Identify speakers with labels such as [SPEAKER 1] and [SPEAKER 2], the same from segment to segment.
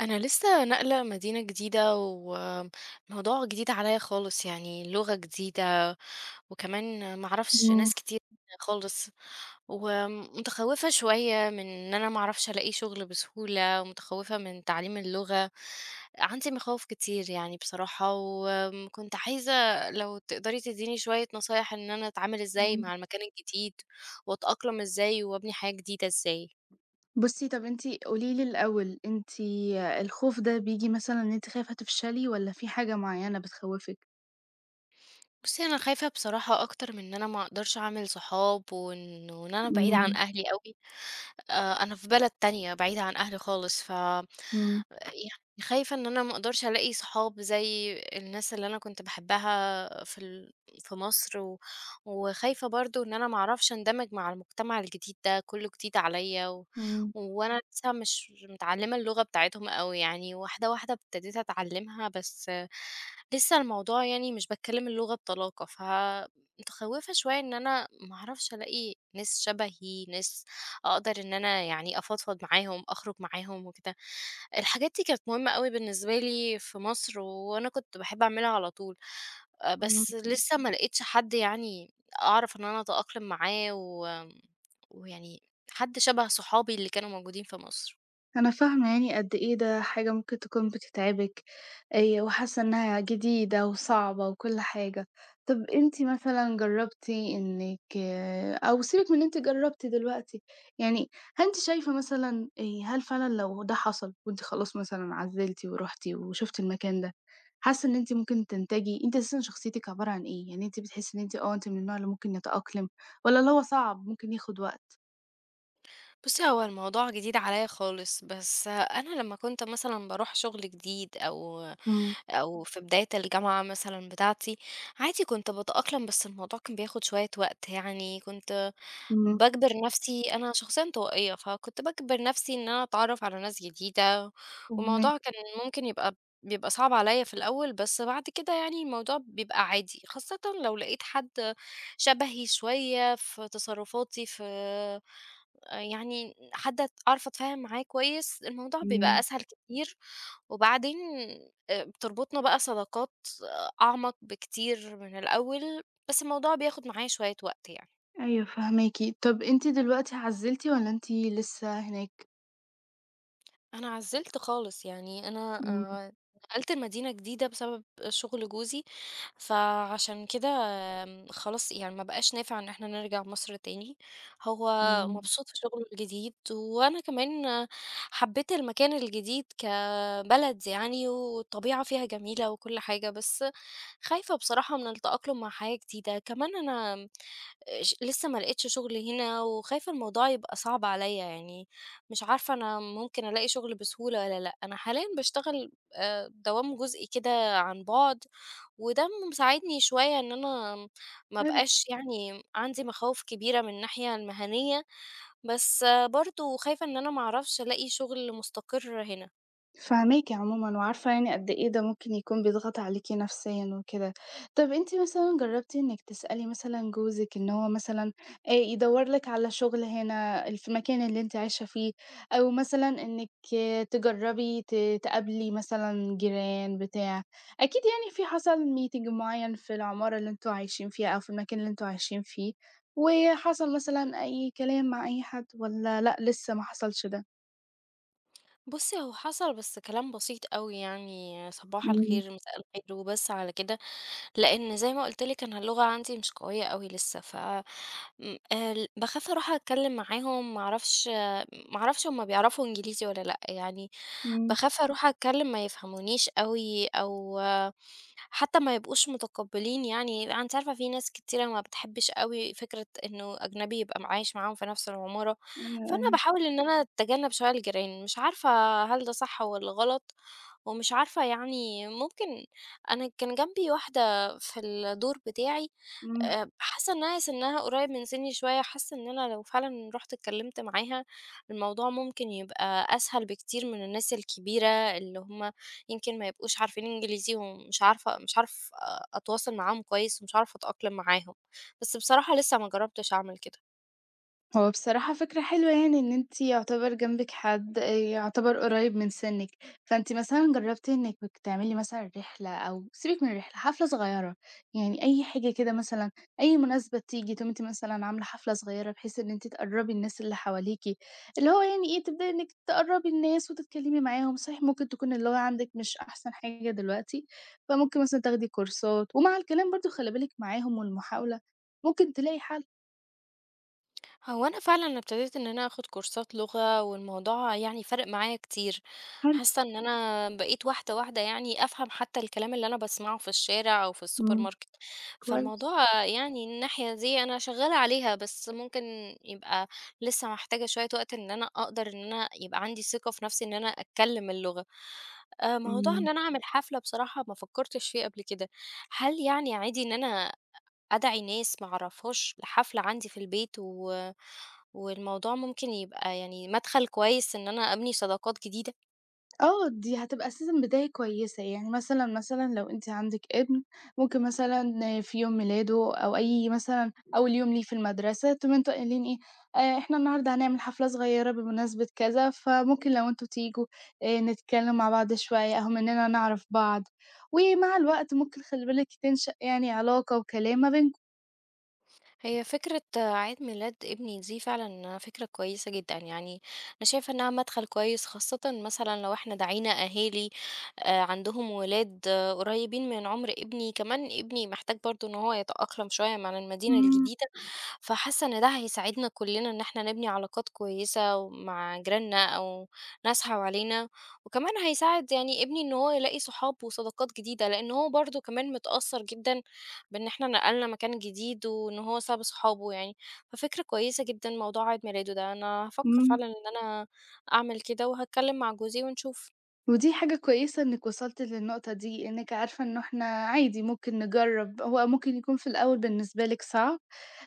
[SPEAKER 1] أنا لسه ناقلة مدينة جديدة وموضوع جديد عليا خالص، يعني لغة جديدة، وكمان معرفش
[SPEAKER 2] إمم،
[SPEAKER 1] ناس كتير خالص، ومتخوفة شوية من إن أنا معرفش ألاقي شغل بسهولة، ومتخوفة من تعليم اللغة. عندي مخاوف كتير يعني بصراحة، وكنت عايزة لو تقدري تديني شوية نصايح إن أنا أتعامل إزاي
[SPEAKER 2] إمم.
[SPEAKER 1] مع المكان الجديد، وأتأقلم إزاي، وأبني حياة جديدة إزاي.
[SPEAKER 2] بُصّي طَب أنتِ قولي لي الأول، أنتِ الخوف ده بييجي مثلًا إن أنتِ خايفة تفشلي والّا في حاجة معيّنة بتخوّفِك؟
[SPEAKER 1] بُصّي، أنا خايفة بصراحة أكتر من إن أنا ما أقدرش أعمل صحاب، وإن أنا بعيدة عن
[SPEAKER 2] إمم،
[SPEAKER 1] أهلي أوي. أنا في بلد تانية بعيدة عن أهلي خالص، ف
[SPEAKER 2] إمم،
[SPEAKER 1] يعني خايفة إن أنا ما أقدرش ألاقي صحاب زي الناس اللي أنا كنت باحبها في مصر. وخايفة برضه إن أنا ما أعرفش أندمج مع المجتمع الجديد ده، كُلّه جديد عليَّ، و
[SPEAKER 2] إمم،
[SPEAKER 1] وأنا لسه مش متعلمة اللغة بتاعتهم أوي يعني. واحدة واحدة ابتديت أتعلمها، بس لسه الموضوع يعني مش باتكلم اللغة بطلاقة. فمتخوّفة شوية إن أنا ما أعرفش ألاقي ناس شبهي، ناس أقدر إن أنا يعني أفضفض معاهم، أخرج معاهم وكده. الحاجات دي كانت مهمة أوي بالنسبة لي في مصر، وأنا كنت باحب أعملها على طول.
[SPEAKER 2] إمم.
[SPEAKER 1] بس لسه ما لقيتش حد يعني أعرف إن أنا أتأقلم معاه و ويعني حد شبه صحابي اللي كانوا موجودين في مصر.
[SPEAKER 2] أنا فاهمة يعني قد إيه ده حاجة ممكن تكون بتتعبِك، وحاسة إنها جديدة وصعبة وكل حاجة. طب أنتِ مثلًا جرّبتِ إنِّك آه، أو سيبِك من إن أنتِ جرّبتِ دلوقتي، يعني هل أنتِ شايفة مثلًا هل فعلًا لو ده حصل وأنتِ خلاص مثلًا عزِّلتِ ورُحتِ وشُفتِ المكان ده، حاسة إن أنتِ ممكن تنتجي أنتِ أساسًا شخصيتِك عبارة عن إيه؟ يعني أنتِ بتحسي إن أنتِ آه، أنتِ من النوع اللي ممكن يتأقلم والّا اللي هو صعب ممكن ياخد وقت؟
[SPEAKER 1] بُصّي، هو الموضوع جديد عليَّ خالص، بس أنا لمّا كنت مثلًا باروح شغل جديد أو
[SPEAKER 2] إمم،
[SPEAKER 1] أو في بداية الجامعة مثلًا بتاعتي، عادي كنت باتأقلم، بس الموضوع كان بياخد شوية وقت. يعني كنت
[SPEAKER 2] إمم،
[SPEAKER 1] باجبر نفسي، أنا شخصيًا انطوائية، فكنت باجبر نفسي إن أنا أتعرّف على ناس جديدة.
[SPEAKER 2] فاهماكِ.
[SPEAKER 1] والموضوع كان ممكن يبقى بيبقى صعب عليَّ في الأول، بس بعد كده يعني الموضوع بيبقى عادي، خاصةً لو لقيت حد شبهي شوية في تصرفاتي، في يعني حد أعرف أتفاهم معاه كويس، الموضوع بيبقى
[SPEAKER 2] إمم.
[SPEAKER 1] أسهل كتير. وبعدين بتربطنا بقى صداقات آه، أعمق بكتير من الأول، بس الموضوع بياخد معايا شوية وقت يعني.
[SPEAKER 2] أيوه فاهماكِ. طَب أنتِ دلوقتي عزّلتِ والّا أنتِ لسه هناك؟
[SPEAKER 1] أنا عزّلت خالص، يعني أنا
[SPEAKER 2] إمم،
[SPEAKER 1] نقلت لمدينة جديدة بسبب شغل جوزي، فعشان كده خلاص يعني ما بقاش نافع إن إحنا نرجع مصر تاني. هو
[SPEAKER 2] إمم.
[SPEAKER 1] مبسوط في شغله الجديد، وأنا كمان آه، حبّيت المكان الجديد كبلد يعني، والطبيعة فيها جميلة وكل حاجة، بس خايفة بصراحة من التأقلم مع حياة جديدة. كمان أنا آه، لسه ما لقيتش شغل هنا، وخايفة الموضوع يبقى صعب عليّا يعني. مش عارفة أنا ممكن ألاقي شغل بسهولة والّا لأ. أنا حاليًا باشتغل دوام جزئي كده عن بُعد، وده مساعدني شوية إن أنا ما
[SPEAKER 2] حلو.
[SPEAKER 1] أبقاش يعني عندي مخاوف كبيرة من الناحية المهنية، بس برضه خايفة إن أنا ما أعرفش ألاقي شغل مستقر هنا.
[SPEAKER 2] فاهماكِ عمومًا، وعارفة يعني قد إيه ده ممكن يكون بيضغط عليكِ نفسيًا وكده. طب أنتِ مثلًا جربتِ إنِّك تسألي مثلًا جوزِك إن هو مثلًا يدوّر لِك على شغل هنا ال في المكان اللي أنتِ عايشة فيه، أو مثلًا إنِّك تجرّبي ت تقابلي مثلًا جيران بتاع، أكيد يعني في حصل meeting معيّن في العمارة اللي أنتم عايشين فيها أو في المكان اللي أنتم عايشين فيه، وحصل مثلًا أي كلام مع أي حد والّا لأ لسه ما حصلش ده؟
[SPEAKER 1] بُصّي، هو حصل بس كلام بسيط أوي، يعني صباح
[SPEAKER 2] إمم، إمم.
[SPEAKER 1] الخير، مساء الخير، وبس على كده. لإن زي ما قُلت لِك، أنا اللغة عندي مش قوية أوي لسه، ف م ال باخاف أروح أتكلّم معاهم، ما أعرفش، ما أعرفش هم بيعرفوا إنجليزي والّا لأ. يعني
[SPEAKER 2] إمم،
[SPEAKER 1] باخاف أروح أتكلّم ما يفهمونيش أوي، أو حتى ما يبقوش متقبلين. يعني أنا أنتِ عارفة في ناس كتيرة ما بتحبش أوي فكرة إنه أجنبي يبقى م عايش معاهم في نفس العمارة.
[SPEAKER 2] أيوه،
[SPEAKER 1] فأنا
[SPEAKER 2] أيوه.
[SPEAKER 1] باحاول إن أنا أتجنب شوية الجيران، مش عارفة هل ده صح والّا غلط. ومش عارفة يعني، ممكن، أنا كان جنبي واحدة في الدور بتاعي،
[SPEAKER 2] إمم.
[SPEAKER 1] حاسة إنها سِنّها قريب من سِنّي شوية، حاسة إن أنا لو فعلًا رُحت اتكلمت معاها، الموضوع ممكن يبقى أسهل بكتير من الناس الكبيرة اللي هُم يمكن ما يبقوش عارفين إنجليزي، ومش عارفة مش هاعرف أتواصل معاهم كويس، ومش هاعرف أتأقلم معاهم، بس بصراحة لسه ما جربتش أعمل كده.
[SPEAKER 2] هو بصراحة فكرة حلوة يعني إن أنتِ يعتبر جنبِك حد يعتبر قريب من سِنِّك، فأنتِ مثلًا جرّبتِ إنِّك تعملي مثلًا رحلة أو سيبِك من الرحلة، حفلة صغيّرة، يعني أي حاجة كده مثلًا، أي مناسبة تيجي تقومي أنتِ مثلًا عاملة حفلة صغيّرة بحيث إن أنتِ تقرّبي الناس اللي حواليكِ، اللي هو يعني إيه، تبدئي إنِّك تقرّبي الناس وتتكلّمي معاهم، صحيح ممكن تكون اللغة عندِك مش أحسن حاجة دلوقتي، فممكن مثلًا تاخدي كورسات، ومع الكلام برضه خلّي بالِك معاهم والمحاولة ممكن تلاقي حل.
[SPEAKER 1] هو أنا فعلًا ابتديت إن أنا آخد كورسات لغة، والموضوع يعني فارق معايا كتير.
[SPEAKER 2] حلو،
[SPEAKER 1] حاسة إن أنا بقيت واحدة واحدة يعني أفهم حتى الكلام اللي أنا باسمعه في الشارع أو في السوبر
[SPEAKER 2] إمم.
[SPEAKER 1] ماركت.
[SPEAKER 2] كويس،
[SPEAKER 1] فالموضوع يعني الناحية دي أنا شغالة عليها، بس ممكن يبقى لسه محتاجة شوية وقت إن أنا أقدر إن أنا يبقى عندي ثقة في نفسي إن أنا أتكلم اللغة. موضوع
[SPEAKER 2] إمم،
[SPEAKER 1] إن أنا أعمل حفلة بصراحة ما فكرتش فيه قبل كده. هل يعني عادي إن أنا أدعي ناس ما أعرفهاش لحفلة عندي في البيت، والموضوع ممكن يبقى يعني مدخل كويس إن أنا أبني صداقات جديدة؟
[SPEAKER 2] آه، دي هتبقى أساسًا بداية كويسة، يعني مثلًا، مثلًا لو أنتِ عندِك ابن، ممكن مثلًا في يوم ميلاده أو أي مثلًا أول يوم ليه في المدرسة، تقوموا أنتم قايلين إيه، إحنا النهارده هنعمل حفلة صغيرة بمناسبة كذا، فممكن لو أنتم تيجوا نتكلم مع بعض شوية، أهو مننا نعرف بعض، ومع الوقت ممكن خلّي بالِك تنشأ يعني علاقة وكلام ما بينكم.
[SPEAKER 1] هي فكرة عيد ميلاد ابني دي فعلا فكرة كويسة جدا، يعني أنا شايفة إنها مدخل كويس، خاصة مثلا لو احنا دعينا أهالي آه، عندهم ولاد آه، قريبين من عمر ابني. كمان ابني محتاج برضو إن هو يتأقلم شوية مع المدينة
[SPEAKER 2] إمم،
[SPEAKER 1] الجديدة، فحاسة إن ده هيساعدنا كلنا إن احنا نبني علاقات كويسة مع جيراننا أو ناس حوالينا. وكمان هيساعد يعني ابني إن هو يلاقي صحاب وصداقات جديدة، لأن هو برضه كمان متأثر جدا بإن احنا نقلنا مكان جديد، وإن هو ساب صحابه يعني. ففكرة كويسة جدا موضوع عيد ميلاده ده، أنا هفكر
[SPEAKER 2] إمم.
[SPEAKER 1] فعلا إن أنا أعمل كده وهتكلم مع جوزي ونشوف.
[SPEAKER 2] ودي حاجة كويسة إنِّك وصلتِ للنقطة دي، إنِّك عارفة إنه إحنا عادي ممكن نجرّب، هو ممكن يكون في الأول بالنسبة لِك صعب.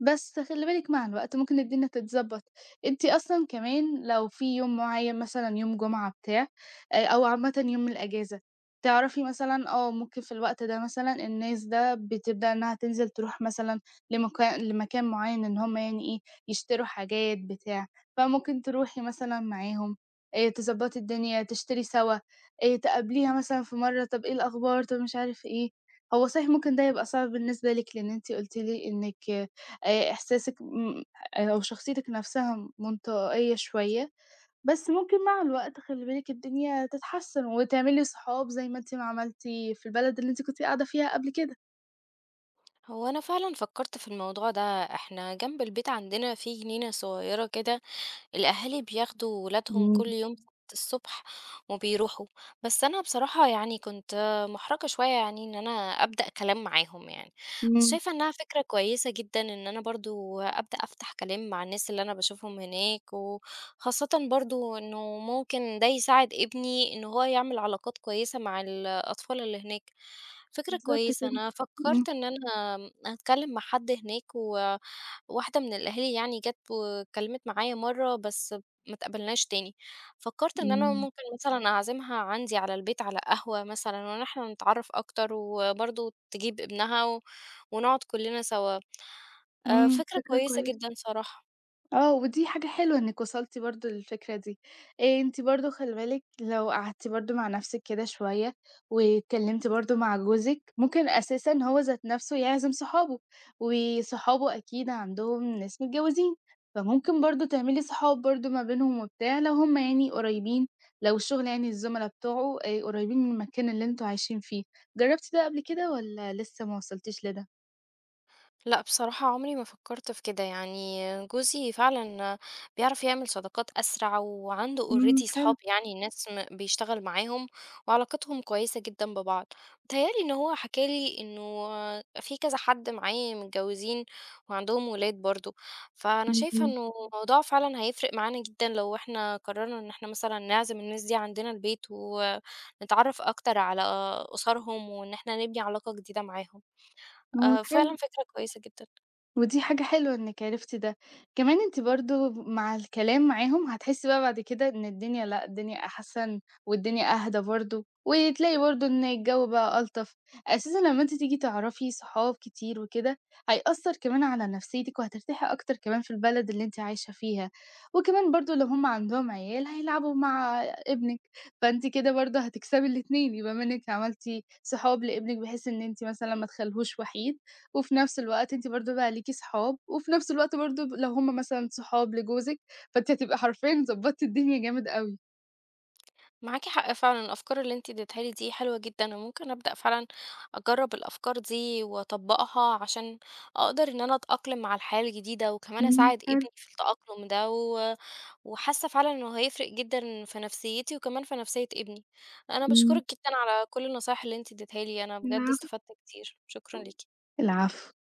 [SPEAKER 2] بس خلّي بالِك مع الوقت ممكن الدنيا تتضبّط، أنتِ أصلًا كمان لو في يوم معيّن مثلًا يوم جمعة بتاع أو عامةً يوم الأجازة، تعرفي مثلًا آه، ممكن في الوقت ده مثلًا الناس ده بتبدأ إنها تنزل تروح مثلًا لمكان معيّن إن هم يعني إيه، يشتروا حاجات بتاع، فممكن تروحي مثلًا معاهم تضبّطي الدنيا، تشتري سوا، تقابليها مثلًا في مرّة طَب إيه الأخبار، طَب مش عارف إيه. هو صحيح ممكن ده يبقى صعب بالنسبة لِك لإن أنتِ قُلتِ لي إنِّك إحساسِك م أو شخصيتِك نَفْسها منطوائية شوية، بس ممكن مع الوقت خلّي بالِك الدنيا تتحسّن وتعملي صحاب زي ما أنتِ ما عملتِ في البلد اللي أنتِ كنتِ قاعدة فيها قبل كده.
[SPEAKER 1] هو أنا فعلا فكرت في الموضوع ده، احنا جنب البيت عندنا في جنينة صغيرة كده، الأهالي بياخدوا ولادهم
[SPEAKER 2] إمم،
[SPEAKER 1] كل يوم الصبح وبيروحوا، بس أنا بصراحة يعني كنت محرجة شوية يعني إن أنا أبدأ كلام معاهم يعني. بس
[SPEAKER 2] إمم.
[SPEAKER 1] شايفة إنها فكرة كويسة جدا إن أنا برضو أبدأ أفتح كلام مع الناس اللي أنا بشوفهم هناك، وخاصة برضو إنه ممكن ده يساعد ابني إن هو يعمل علاقات كويسة مع الأطفال اللي هناك. فكرة
[SPEAKER 2] بالضبط
[SPEAKER 1] كويسة،
[SPEAKER 2] كده.
[SPEAKER 1] أنا
[SPEAKER 2] إمم.
[SPEAKER 1] فكرت إن أنا هتكلم مع حد هناك. واحدة من الأهالي يعني جات واتكلمت معايا مرّة، بس ما اتقابلناش تاني. فكّرت إن أنا
[SPEAKER 2] إمم.
[SPEAKER 1] ممكن مثلًا أعزمها عندي على البيت على قهوة مثلًا، وإن إحنا نتعرّف أكتر، وبرضه تجيب ابنها، ونقعد كلّنا سوا.
[SPEAKER 2] إمم،
[SPEAKER 1] فكرة
[SPEAKER 2] فكرة
[SPEAKER 1] كويسة
[SPEAKER 2] كويسة.
[SPEAKER 1] جدًا صراحة.
[SPEAKER 2] آه، ودي حاجة حلوة إنِّك وصلتِ برضه للفكرة دي. أنتِ برضه خلّي بالِك لو قعدتِ برضه مع نَفْسِك كده شوية واتكلّمتِ برضه مع جوزِك، ممكن أساسًا هو ذات نَفْسه يعزم صحابه، وصحابه أكيد عندهم ناس متجوّزين، فممكن برضه تعملي صحاب برضه ما بينهم وبتاع لو هم يعني قريّبين، لو الشغل يعني الزُملا بتوعه قريّبين من المكان اللي أنتم عايشين فيه. جرّبتِ ده قبل كده والّا لسه ما وصلتيش لده؟
[SPEAKER 1] لأ، بصراحة عمري ما فكرت في كده، يعني جوزي فعلًا بيعرف يعمل صداقات أسرع، وعنده
[SPEAKER 2] إمم،
[SPEAKER 1] already
[SPEAKER 2] حلو.
[SPEAKER 1] صحاب، يعني ناس م بيشتغل معاهم، وعلاقتهم كويسة جدًا ببعض. متهيأ لي إن هو حكى لي إنه في كذا حد معاه متجوزين وعندهم ولاد برضه. فأنا شايفة
[SPEAKER 2] إمم،
[SPEAKER 1] إنه الموضوع فعلًا هيفرق معانا جدًا لو إحنا قررنا إن إحنا مثلًا نعزم الناس دي عندنا البيت، ونتعرف أكتر على أسرهم، وإن إحنا نبني علاقة جديدة معاهم.
[SPEAKER 2] إمم.
[SPEAKER 1] فعلًا فكرة كويسة جدًا.
[SPEAKER 2] ودي حاجة حلوة إنِّك عرفتِ ده. كمان أنتِ برضه مع الكلام معاهم هتحسّي بقى بعد كده إن الدنيا لأ، الدنيا أحسن والدنيا أهدى برضه، وتلاقي برضه إن الجو بقى ألطف. أساسًا لمّا أنتِ تيجي تعرفي صحاب كتير وكده، هيأثّر كمان على نفسيتِك وهترتاحي أكتر كمان في البلد اللي أنتِ عايشة فيها. وكمان برضه لو هم عندهم عيال هيلعبوا مع ابنِك، فأنتِ كده برضه هتكسبي الاتنين، يبقى منِّك عملتِ صحاب لابنِك بحيث إن أنتِ مثلًا ما تخلّيهوش وحيد وفي نفس الوقت أنتِ برضه بقى ليكِ صحاب، وفي نفس الوقت برضه لو هم مثلًا صحاب لجوزِك، فأنتِ هتبقى حرفيًا ضبّطتِ الدنيا جامد أوي.
[SPEAKER 1] معاكي حق فعلًا، الأفكار اللي أنتِ اديتيها لي دي حلوة جدًا. أنا ممكن أبدأ فعلًا أجرّب الأفكار دي وأطبّقها، عشان أقدر إن أنا أتأقلم مع الحياة الجديدة، وكمان
[SPEAKER 2] إمم،
[SPEAKER 1] أساعد
[SPEAKER 2] حلو،
[SPEAKER 1] ابني في التأقلم ده، وحاسة فعلًا إنه هيفرق جدًا في نفسيتي وكمان في نفسية ابني. أنا
[SPEAKER 2] إمم،
[SPEAKER 1] باشكرِك جدًا على كل النصايح اللي أنتِ اديتيها لي، أنا بجد
[SPEAKER 2] العفو.
[SPEAKER 1] استفدت كتير، شكرًا ليكِ.
[SPEAKER 2] العفو.